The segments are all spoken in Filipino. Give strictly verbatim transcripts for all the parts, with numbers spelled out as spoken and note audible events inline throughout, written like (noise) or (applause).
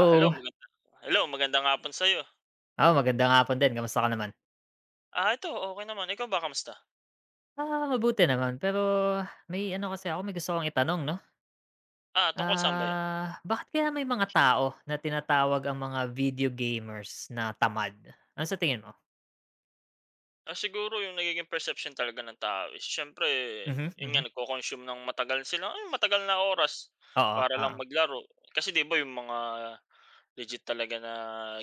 Ah, hello maganda hello magandang hapon sa'yo. Oo, magandang hapon din, kamusta ka naman? Ah, ito okey naman, ikaw ba kamusta? Ah, mabuti naman, pero may ano kasi ako, may gusto akong itanong 'no. Ah, tungkol saan ba 'yan? Ah, bakit kaya may mga tao na tinatawag ang mga video gamers na tamad? Ano sa tingin mo? Ah, siguro yung nagiging perception talaga ng tao is siyempre Mhm, yun nga mhm. nagko-consume ng matagal sila ay matagal na oras Oo, para oo. lang maglaro. Kasi 'di ba yung mga legit talaga na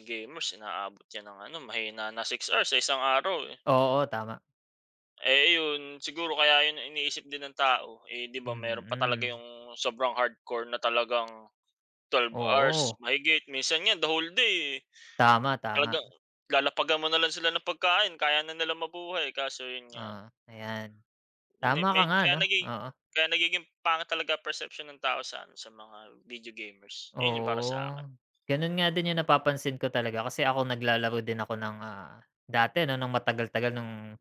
gamers inaabot 'yan ng ano mahina na six hours sa isang araw, eh. Oo, tama. Eh, yun siguro kaya yun iniisip din ng tao, eh, 'di ba meron pa talaga Mm. yung sobrang hardcore na talagang twelve hours Oo, mahigit minsan nga the whole day, eh. tama, Talaga tama. lalapagan mo na lang sila ng pagkain kaya na nila mabuhay kaso yun nga, Oo, ayan. yun eh, Tama ka may nga kaya 'no, naging oo. kaya nagiging pangit talaga perception ng tao sa ano, sa mga video gamers. Yun yung para sa'kin. Oo, gano'n nga din 'yung napapansin ko talaga kasi ako naglalaro din ako ng, ah, dati 'no, nung matagal-tagal nung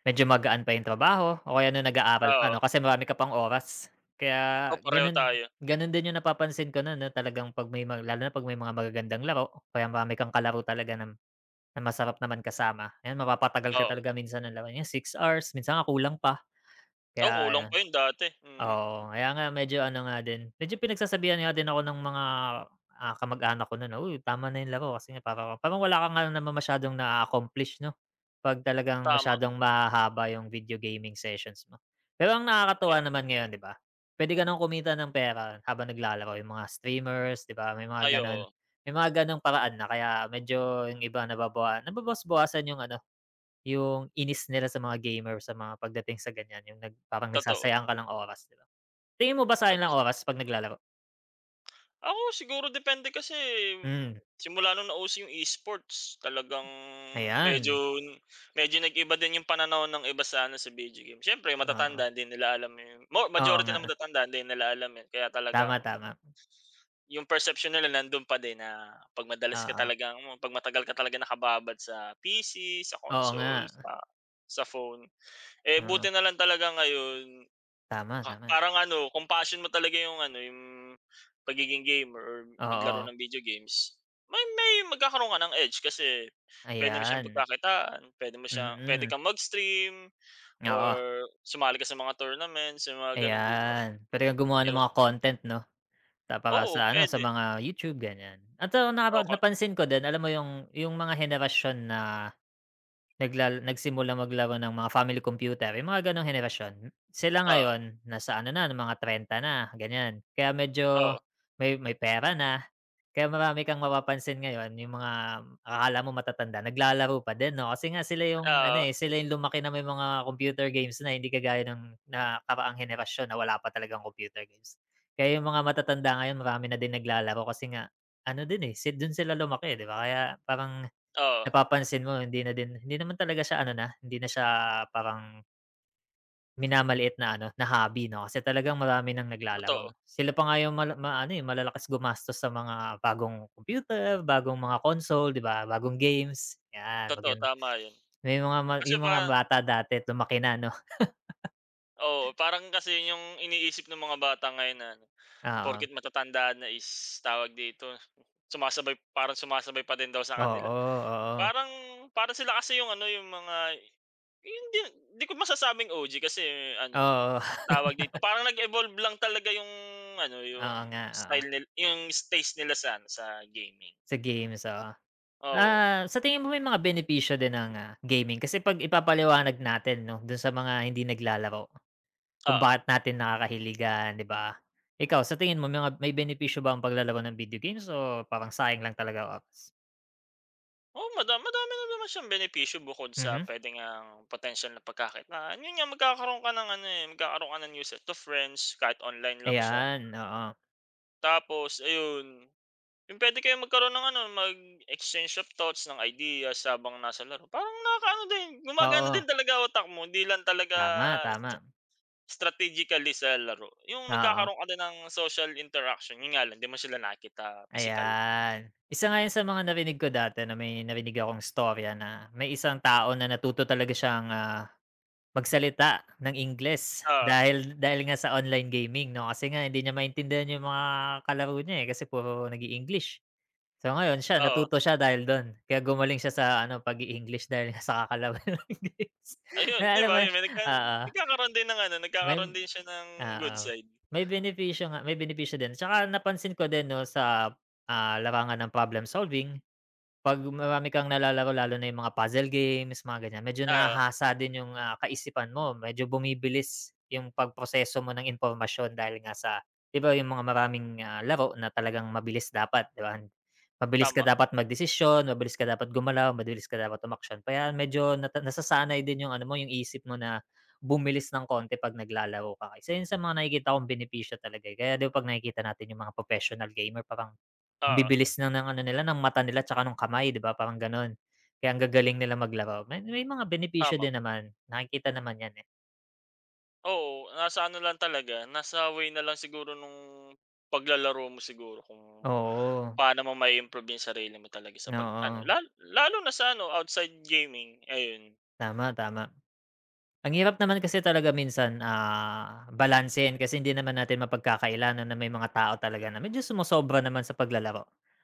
medyo magaan pa yung trabaho o kaya nung Oo, nag-aaral pa 'no, oo. kasi marami ka pang oras. Kaya Oh, pareho ganun tayo, ganun din yung napapansin ko nun 'no, talagang 'pag may mga lalo na 'pag may mga magagandang laro o kaya marami kang kalaro talaga na na masarap naman kasama, ayan mapapatagal ka oo. talaga minsan ng laro niyan, 6 hours, minsan nga kulang pa. Kaya Oo, kulang ano. pa yun dati, mm, Oo, kaya nga medyo ano nga din, medyo pinagsasabihan nga din ako ng mga, ah, kamag-anak ko no'n na, "Uy, tama na 'yung laro." Kasi nga para parang wala ka nga naman masyadong naa-accomplish 'no, 'pag talagang tama. masyadong mahahaba 'yung video gaming sessions mo. Pero ang Ay nakakatuwa naman ngayon 'di ba, puwede ka ng kumita ng pera habang naglalaro, 'yung mga streamers 'di ba, may mga ay oo, gano'n. May mga gano'ng paraan na kaya medyo 'yung iba nababawa nababawas-bawasan 'yung ano, 'yung inis nila sa mga gamer sa mga pagdating sa ganiyan, 'yung nag parang totoo. nagsasayang ka ng oras 'di ba? Tingin mo ba Ay, sayang lang kas oras 'pag naglalaro? ako siguro depende kasi Hmm, simula nung nauso yung esports talagang medyo ayan, medyo nag-iba din yung pananaw ng iba sa ano, sa video game. Siyempre oo. matatanda hindi nila alam yun, mo Oo majority nga, ng matatanda hindi nila alam yun kaya talagang tama, tama, yung perception nila nandun pa din na 'pag madalas ka oo. talagang mo 'pag matagal ka talaga nakababad sa P C, sa Oo nga, console, sa sa phone. Eh, buti oo. na lang talaga ngayon Tama, ka tama. parang ano, kung passion mo talaga yung ano, yung pagiging gamer or maglaro Oo, ng video games, may may magkakaroon ka ng edge kasi puwede mo siyang ayan, pagkakitaan, puwede mo siya puwede mm, kang mag-stream oo, or sumali ka sa mga tournaments, yung mga gano'n, 'di ba? ayan. Pwede kang gumawa ng Yus mga content 'no, ta para Oo, sa ano, sa puwede. mga YouTube, ganyan. At, ah, Oo, napa ka napansin ko din, alam mo yung yung mga henerasyon na Naglal nagsimula maglaro ng mga family computer, yung mga gano'ng henerasyon. Sila oo, ngayon nasa ano na, ng mga trenta na, ganyan. Kaya medyo oo, may may pera na, kaya marami kang mapapansin ngayon yung mga akala mo matatanda, naglalaro pa din 'no, kasi nga sila yung ano, oo, eh, sila yung lumaki na may mga computer games na, hindi kagaya ng nakaraang henerasyon na wala pa talagang computer games. Kaya yung mga matatanda ngayon marami na din naglalaro kasi nga ano din, eh, sit dun sila lumaki, 'di ba? Kaya parang oo, napapansin mo hindi na din hindi naman talaga siya ano na, hindi na siya parang minamaliit na ano, na hobby 'no, kasi talagang marami ng naglalaro. totoo, Sila pa nga yung mala maano, eh, malalakas gumastos sa mga bagong computer, bagong mga console, 'di ba, bagong games, 'yan totoo, magan tama 'yun. may mga ma Kasi yung mga pa bata dati lumaki na 'no, Oo, parang kasi 'yun yung iniisip ng mga bata ngayon na ano. oo. Porket matatanda na is tawag dito, sumasabay parang sumasabay pa din daw sa kanila. Oo, oo. Parang Para sila kasi yung ano, yung mga hindi di di ko masasabing O G kasi ano, Oo, tawag dito, parang nag-evolve lang talaga yung ano, yung oo nga, oo. style nila yung taste nila sa ano, sa gaming. Sa games, oo. Oo, Ah, sa tingin mo may mga benepisyo din ng, ah, gaming kasi 'pag ipapaliwanag natin 'no, dun sa mga hindi naglalaro. Kung oo. bakit natin nakakahiligan, 'di ba? Ikaw, sa tingin mo mga may benepisyo ba ang paglalaro ng video games o parang sayang lang talaga ang oras? Oo, mada madami na naman siyang benepisyo bukod sa Mhm, puwede ang potential na pagkakitaan. Yun nga, magkakaroon ka ng ano, eh, magkakaroon ka ng new set of friends kahit online lang siya. ayan, oo. Tapos ayun. Yung puwede kayong magkaroon ng ano, mag-exchange of thoughts, ng ideas habang nasa laro. Parang nakakaano din, gumagana din Oo, talaga utak mo, hindi lang talaga tama, tama. stra strategically sa laro. Yung Oo, nagkakaroon ka din ng social interaction, yun nga lang, 'di mo sila nakita physical. ayan. Isa nga 'yan sa mga narinig ko dati na may narinig akong istorya na may isang tao na natuto talaga siyang, ah, magsalita ng Ingles Oo, dahil dahil nga sa online gaming 'no, kasi nga hindi niya maintindihan yung mga kalaro niya, eh, kasi puro nag-i-English. So ngayon siya oo. natuto siya dahil dun, kaya gumaling siya sa ano pag-i-English dahil nga sa kakalaban ng English. (laughs) Ayun, Na 'di alam ba, mo yun? yun may nagka Oo, nagkakaroon din ng ano, may nagkakaroon din siya ng good oo. side. May benepisyo nga may benepisyo din. Tsaka napansin ko din 'no sa, ah, larangan ng problem solving. 'Pag marami kang nalalaro lalo na yung mga puzzle games, mga ganyan, medyo Oo, nahahasa din yung, ah, kaisipan mo, medyo bumibilis yung pagproseso mo ng impormasyon dahil nga sa 'di ba yung mga maraming, ah, laro na talagang mabilis dapat, 'di ba? Mabilis ka tama. dapat magdesisyon, mabilis ka dapat gumalaw, mabilis ka dapat umaksyon, kaya medyo nata nasasanay din yung ano mo, yung isip mo na bumilis ng konti 'pag naglalaro ka. Isa yun sa mga nakikita kong benepisyo talaga, eh, kaya 'di ba 'pag nakikita natin yung mga professional gamer parang ang Oo, bibilis lang ng ano nila, ng mata nila tsaka nung kamay 'di ba, parang gano'n. Kaya ang gagaling nila maglaro. May may mga benepisyo tama. din naman, nakikita naman 'yan, eh. Oo, nasa ano lang talaga, nasa way na lang siguro nung paglalaro mo siguro kung Oo, paano mo mai-improve yung sarili mo talaga sa pag ano, oo. lal lalo na sa ano, outside gaming, ayun. Tama, tama. Ang hirap naman kasi talaga minsan, ah, balansehin kasi hindi naman natin mapagkakailanan na may mga tao talaga na medyo sumosobra naman sa paglalaro.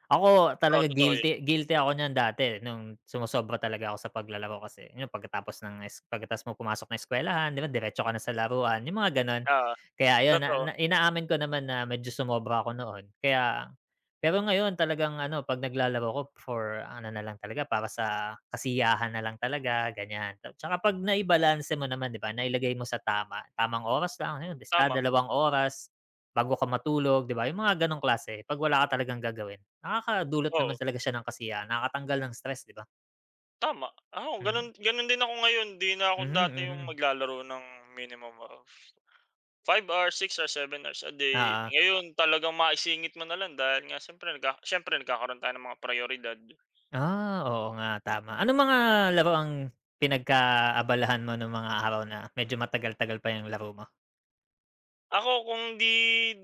Ako Oo, talaga totoo yun. guilty guilty ako niyan dati nung sumosobra talaga ako sa paglalaro kasi yun pagkatapos ng es pagkatapos mo pumasok ng eskuwelahan, 'di ba, diretso ka na sa laruan, yung mga gano'n. Ah, Kaya ayun na totoo, na inaamin ko naman na medyo sumobra ako noon. Kaya pero ngayon talagang ano, 'pag naglalaro ako for ano na lang talaga, para sa kasiyahan na lang talaga, ganyan. At tsaka 'pag naibalanse mo naman, 'di ba, nailagay mo sa tama, tamang oras lang, ayun, isa, tama, dalawang oras bago ka matulog, 'di ba, yung mga gano'ng klase. 'Pag wala ka talagang gagawin, nakakadulot naman oo, talaga siya ng kasiyahan, nakakatanggal ng stress, 'di ba? tama. Ako ganun Mhm. ganun din ako ngayon, 'di na ako Mhm, dati yung mhm. maglalaro ng minimum of five hours, six hours, seven hours a day. Oo. Ngayon talagang maisingit mo na lang dahil nga siyempre nagka siyempre nagkakaroon tayo ng mga prioridad. Ah, oo nga, tama. Anong mga laro ang pinagkaabalahan mo nung mga araw na medyo matagal-tagal pa yung laro mo? Ako kung 'di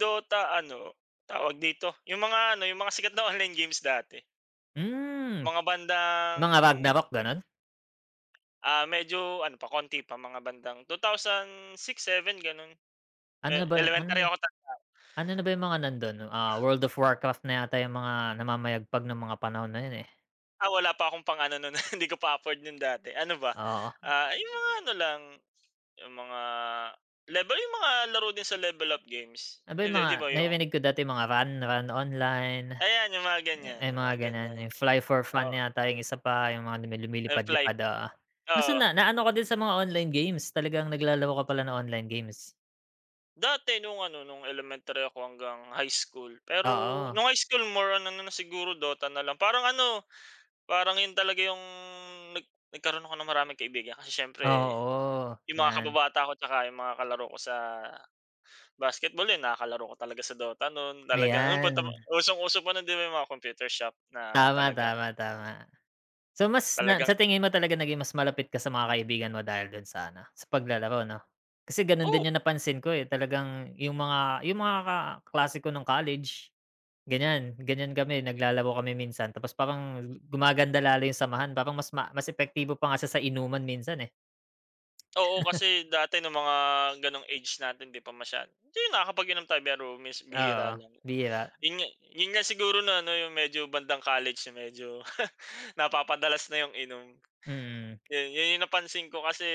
Dota ano, tawag dito, yung mga ano, yung mga sikat na (laughs) online games dati. Hmm. Mga bandang, Mga Ragnarok gano'n? ah, medyo ano pa konti pa, mga bandang two thousand six seven gano'n. Ano Eh, na ba ano elementary na ako ta ano na ba yung mga nando'n, ah, World of Warcraft na yata yung mga namamayagpag nung mga panahon na yun, eh, ah, wala pa akong pang-ano no'n, (laughs) hindi ko pa afford no'n dati. Ano ba, oo. ah, yung mga ano lang, yung mga level yung mga laro din sa level up games. Ano ba yung Hindi, mga 'di ba yung naririnig ko dati mga Ran, Ran Online, ayan yung mga ganyan, eh, yung mga mga ganyan, ganyan. yung Fly for Fun Oh, yata yung isa pa, yung mga lumi Half-Life, lumilipad-lipad, oo. Kaso oo. na naano ka din sa mga online games, talagang naglalaro ka pala ng online games. Dati nung ano, nung elementary ako hanggang high school. Pero Oo, nung high school more on ano na siguro Dota na lang. Parang ano, parang yun talaga yung nag nagkaroon ako ng maraming kaibigan kasi siyempre oo, yung mga 'yan, kababata ko tsaka yung mga kalaro ko sa basketball yun, nakakalaro ko talaga sa Dota noon. Talagang no'n ayan. punta pa usong-uso pa no'n 'di ba yung mga computer shop na Tama, talagang, tama, tama. So, mas na talagang. sa tingin mo talaga naging mas malapit ka sa mga kaibigan mo dahil dun sa ano, sa paglalaro 'no? Kasi ganon Oo, din yung napansin ko, eh, talagang yung mga yung mga kaklase ko nung college, ganyan, ganyan kami naglalaro kami minsan tapos parang gumaganda lalo yung samahan parang mas ma mas epektibo pa nga siya sa inuman minsan, eh. oo. Kasi dati nung mga gano'ng age natin 'di pa masyado hindi nakakapag-inom tayo pero Miss Oo, bihira lang. bihira, Yun nga yun nga siguro na ano, yung medyo bandang college na medyo (laughs) napapadalas na yung inom. mm. Yun, yun yung napansin ko kasi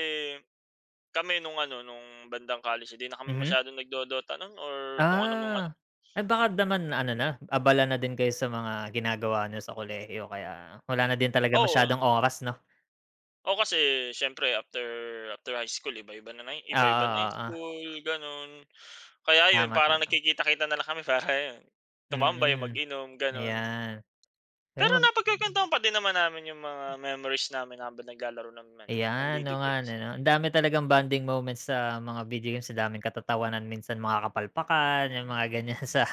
kami nung ano, nung bandang college hindi na kami Mhm. masyadong nagdo-DOTA nun or kung ano mga Ah, ay baka naman ano na, abala na din kayo sa mga ginagawa niyo sa kolehiyo kaya wala na din talaga oo. masyadong oras 'no? Oo, kasi siyempre after after high school iba-iba na na y- iba-iba na Oo, yung oo, school, gano'n. Kaya yun, tama, parang tama. nakikita kita na lang kami (laughs) para yun, tumambay, Mm, mag-inom, gano'n. ayan. Pero Pero mag napagkukwentuhan pa din naman namin yung mga memories namin habang naglalaro ng ano, ng ayan, video oo nga games. ano 'no, ang dami talagang bonding moments sa mga video games, ang daming katatawanan, minsan mga kapalpakan, yung mga ganyan (laughs) sa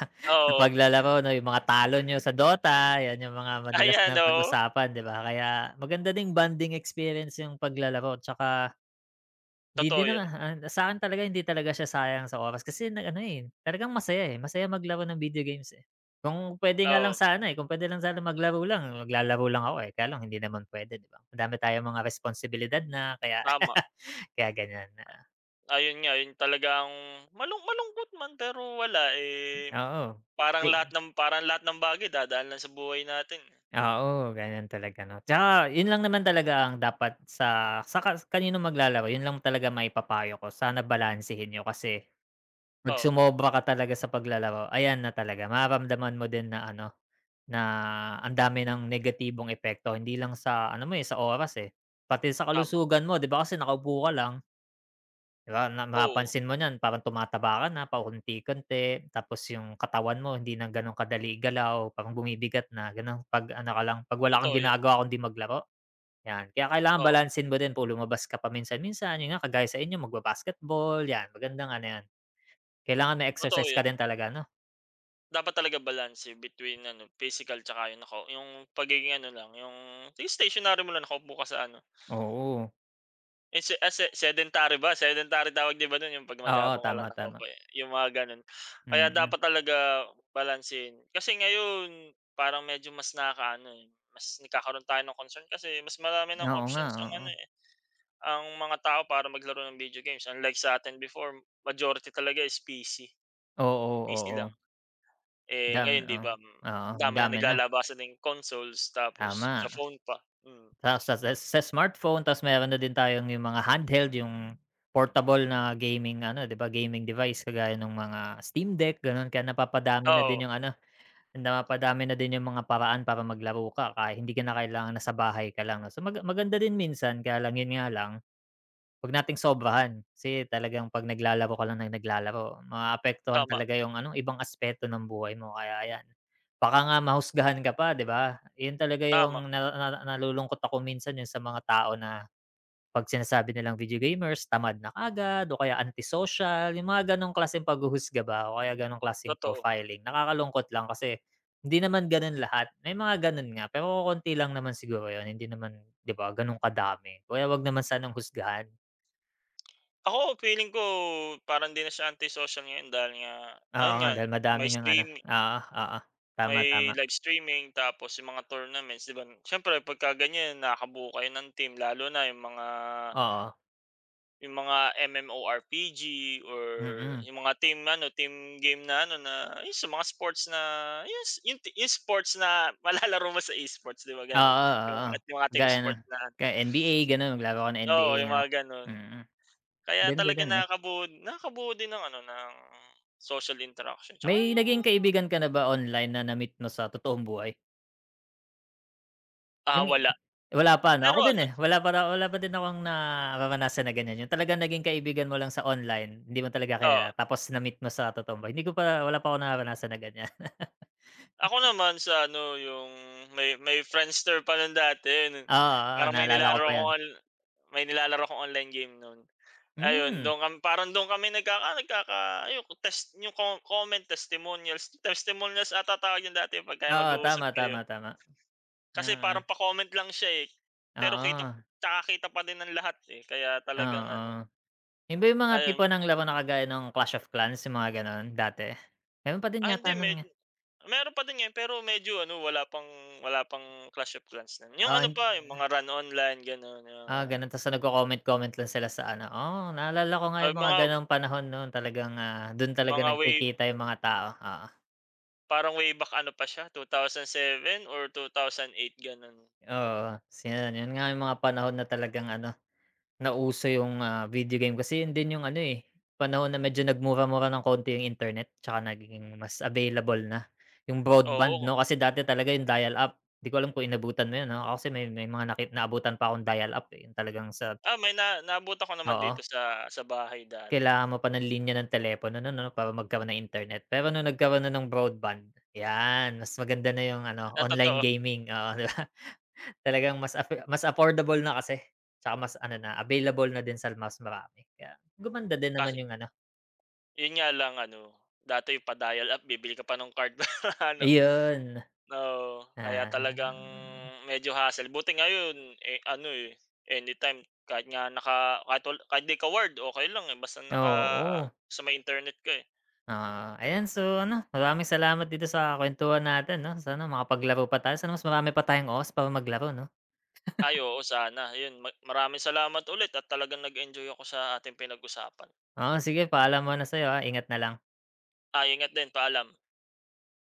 sa Oo. paglalaro 'no, yung mga talo niyo sa Dota, yan yung mga madalas Ayan, na oo. pag-usapan, 'di ba? Kaya maganda ding bonding experience yung paglalaro, tsaka 'di Totoo din 'yun. naman, ah, sa'kin talaga hindi talaga siya sayang sa oras kasi nag ano, eh, talagang masaya, eh, masaya maglaro ng video games, eh. Kung puwede nga Oo, lang sana, eh, kung puwede lang sana maglaro lang, maglalaro lang ako, eh, kaya lang hindi naman puwede, 'di ba? Madami tayong mga responsibilidad na kaya tama. (laughs) kaya ganiyan na Ayun nga, yun talagang malung malungkot man pero wala, eh, oo. parang Di lahat ng parang lahat ng bagay dadaan lang sa buhay natin, eh. oo, ganiyan talaga 'no. Tsaka 'yun lang naman talaga ang dapat sa sa ka kaninong maglalaro, 'yun lang talaga maipapayo ko, sana balansehin niyo kasi 'pag Oo, sumobra ka talaga sa paglalaro, ayan na talaga, mararamdaman mo din na ano na ang dami ng negatibong epekto hindi lang sa ano mo, eh, sa oras, eh, pati sa tama. kalusugan mo 'di ba kasi nakaupo ka lang, 'di ba na Oo, mapapansin mo niyan parang tumataba ka na paunti-unti tapos yung katawan mo hindi na gano'n kadali galaw, parang bumibigat na gano'n 'pag ano ka lang 'pag wala kang totoo 'yun. ginagawa kundi maglaro, 'yan. Kaya kailangan Oo, balansin mo din po lumabas ka paminsan-minsan, minsan yun nga kagaya sa inyo magba-basketball 'yan, magandang ano 'yan. Kailangan may totoo exercise ka 'yun. din talaga 'no? Dapat talaga balanse between ano, physical 'tsaka yung nako yung pagiging ano lang, yung sige stationary mo lang nakaupo ka sa ano. Oo, Eh, se ah, se sedentary ba? Sedentary tawag 'di ba dun yung 'pag oo maghapon ka lang tama, tama. nakaupo, eh, yung mga gano'n. Mm, Kaya mm. dapat talaga balansehin. Kasi ngayon parang medyo mas nakakaano, eh, mas nagkakaroon tayo ng concern kasi mas marami ng Oo nga, options ang ano, oo. eh, ang mga tao para maglaro ng video games. Unlike sa sa'tin before majority talaga is P C, Oo, P C oo. lang. Eh, Dam ngayon 'di oh, ba, hmm, oo, ang dami na dami na, naglalabasan ng consoles tapos sa tama. phone pa. Mm, Tapos sa sa sa smartphone tapos meron na din tayong yung mga handheld, yung portable na gaming ano, 'di ba, gaming device kagaya ng mga Steam Deck, gano'n. Kaya napapadami na oo, din yung ano, napapadami na din yung mga paraan para maglaro ka kahit hindi ka na kailangan nasa bahay ka lang. No? So, mag maganda din minsan kaya lang yun nga lang huwag nating sobrahan, kasi talagang 'pag naglalaro ka lang ng naglalaro, maaapektuhan tama, talaga yung ano, ibang aspeto ng buhay mo. Kaya ayan, baka nga mahusgahan ka pa, 'di ba? Yun talaga tama, yung na na nalulungkot ako minsan yung sa mga tao na 'pag sinasabi nilang video gamers, tamad na kaagad o kaya anti-social, yung mga gano'ng klaseng paghuhusga ba o kaya gano'ng klaseng totoo. profiling. Nakakalungkot lang kasi hindi naman gano'n lahat, may mga gano'n nga, pero kokonti lang naman siguro yun, hindi naman, 'di ba, gano'n kadami. Kaya 'wag naman sanang husgahan. Ako feeling ko parang hindi na siya anti-social ngayon dahil nga Oo ayun nga, nga dahil madami may ngang ano stream oo, oo. Tama, may tama. live streaming tapos yung mga tournaments 'di ba, siyempre pagka ganyan nakakabuo kayo ng team lalo na yung mga Oo, yung mga M M O R P G or mm. yung mga team ano, team game na ano na yung sa mga sports na yes, yung s yung sports na (laughs) malalaro mo sa esports sports 'di ba gano'n? Oo, Yung oo. At yung mga team Gaya ng sports na kaya N B A gano'n, maglaro ka ng oo, N B A yung 'no? mga gano'n. Mm, Kaya ganda talaga din 'no. nakakabuo nakakabuo din ng ano, ng social interaction tsaka May yung, naging kaibigan ka na ba online na na-meet mo sa totoong buhay? ah, Yung wala. wala pa 'no? Pero Ako din, ano, eh, wala pa ra wala pa din akong nararanasan na ganyan, yung talagang naging kaibigan mo lang sa online, hindi mo talaga oo, kilala tapos na-meet mo sa totoong buhay. Hindi ko pa wala pa akong nararanasan na ganyan. ako naman sa ano, yung may may Friendster pa nun dati nun (laughs) Oo, oo, parang may naalala ko nilalaro pa akong yun. on may nilalaro akong online game nun. Ayun, Hmm, dun kam parang dun kami nagkaka nagkaka ayun test yung co comment, testimonials, testimonials ata tawag yun dati pagka oo, mag-uusap tama, kayo. tama, tama. Kasi Oo. parang pa-comment lang siya, eh, pero kita Oo, tsaka kita pa din ng lahat, eh, kaya talagang ano, oo. Yun ba yung mga tipo ayun. ng laro na kagaya ng Clash of Clans, yung mga gano'n dati? Meron pa din Ah, hindi yata nun med nga meron pa din 'yan pero medyo ano wala pang wala pang Clash of Clans na. Yung oo, ano pa yung mga run online gano'n, oo mga gano'n ta's nagko-comment-comment lang sila sa ano, oo naalala ko nga ah, yung mga mga gano'ng panahon noon talagang, ah, dun talaga mga way nagkikita yung mga tao, oo. parang way back ano pa siya two thousand seven or two thousand eight gano'n. Oo, so yun, yun nga yung mga panahon na talagang ano nauso yung, ah, video game kasi yun din yung ano, eh, panahon na medyo nagmura-mura ng konti yung internet tsaka naging mas available na yung broadband Oo, 'no, kasi dati talaga yung dial-up. 'Di ko alam kung inabutan mo yun, ah, ako kasi may may mga naki naabutan pa akong dial-up, eh, yung talagang sa ah, may na naabutan ako naman dito oo, sa sa bahay dati, kailangan mo pa ng linya ng telepono nun 'no, no, para magkaroon ng internet. Pero nung nagkaroon na ng broadband, 'yan mas maganda na yung ano, ang online totoo gaming, oo, (laughs) 'di ba? Talagang mas affor mas affordable na kasi, tsaka mas ano na, available na din sa mas marami kaya gumanda din naman kasi yung ano yun nga lang ano, dati pa dial-up bibili ka pa ng card (laughs) para ano. ayun, Oo, kaya ah, talagang medyo hassle. Buti ngayon, eh, ano, eh, anytime kahit nga naka kahit wal kahit 'di ka wired okey lang, eh, basta naka oo. sa may internet ka, eh. Oo, ayan so ano, maraming salamat dito sa kuwentuhan natin 'no, sana makapaglaro pa tayo, sana mas marami pa tayong oras para maglaro 'no? Ay, oo, sana. Ayun, ma maraming salamat ulit at talagang nag-enjoy ako sa ating pinag-usapan. Oo, sige paalam muna sa'yo, ah, ingat na lang. Ah, ingat din, paalam.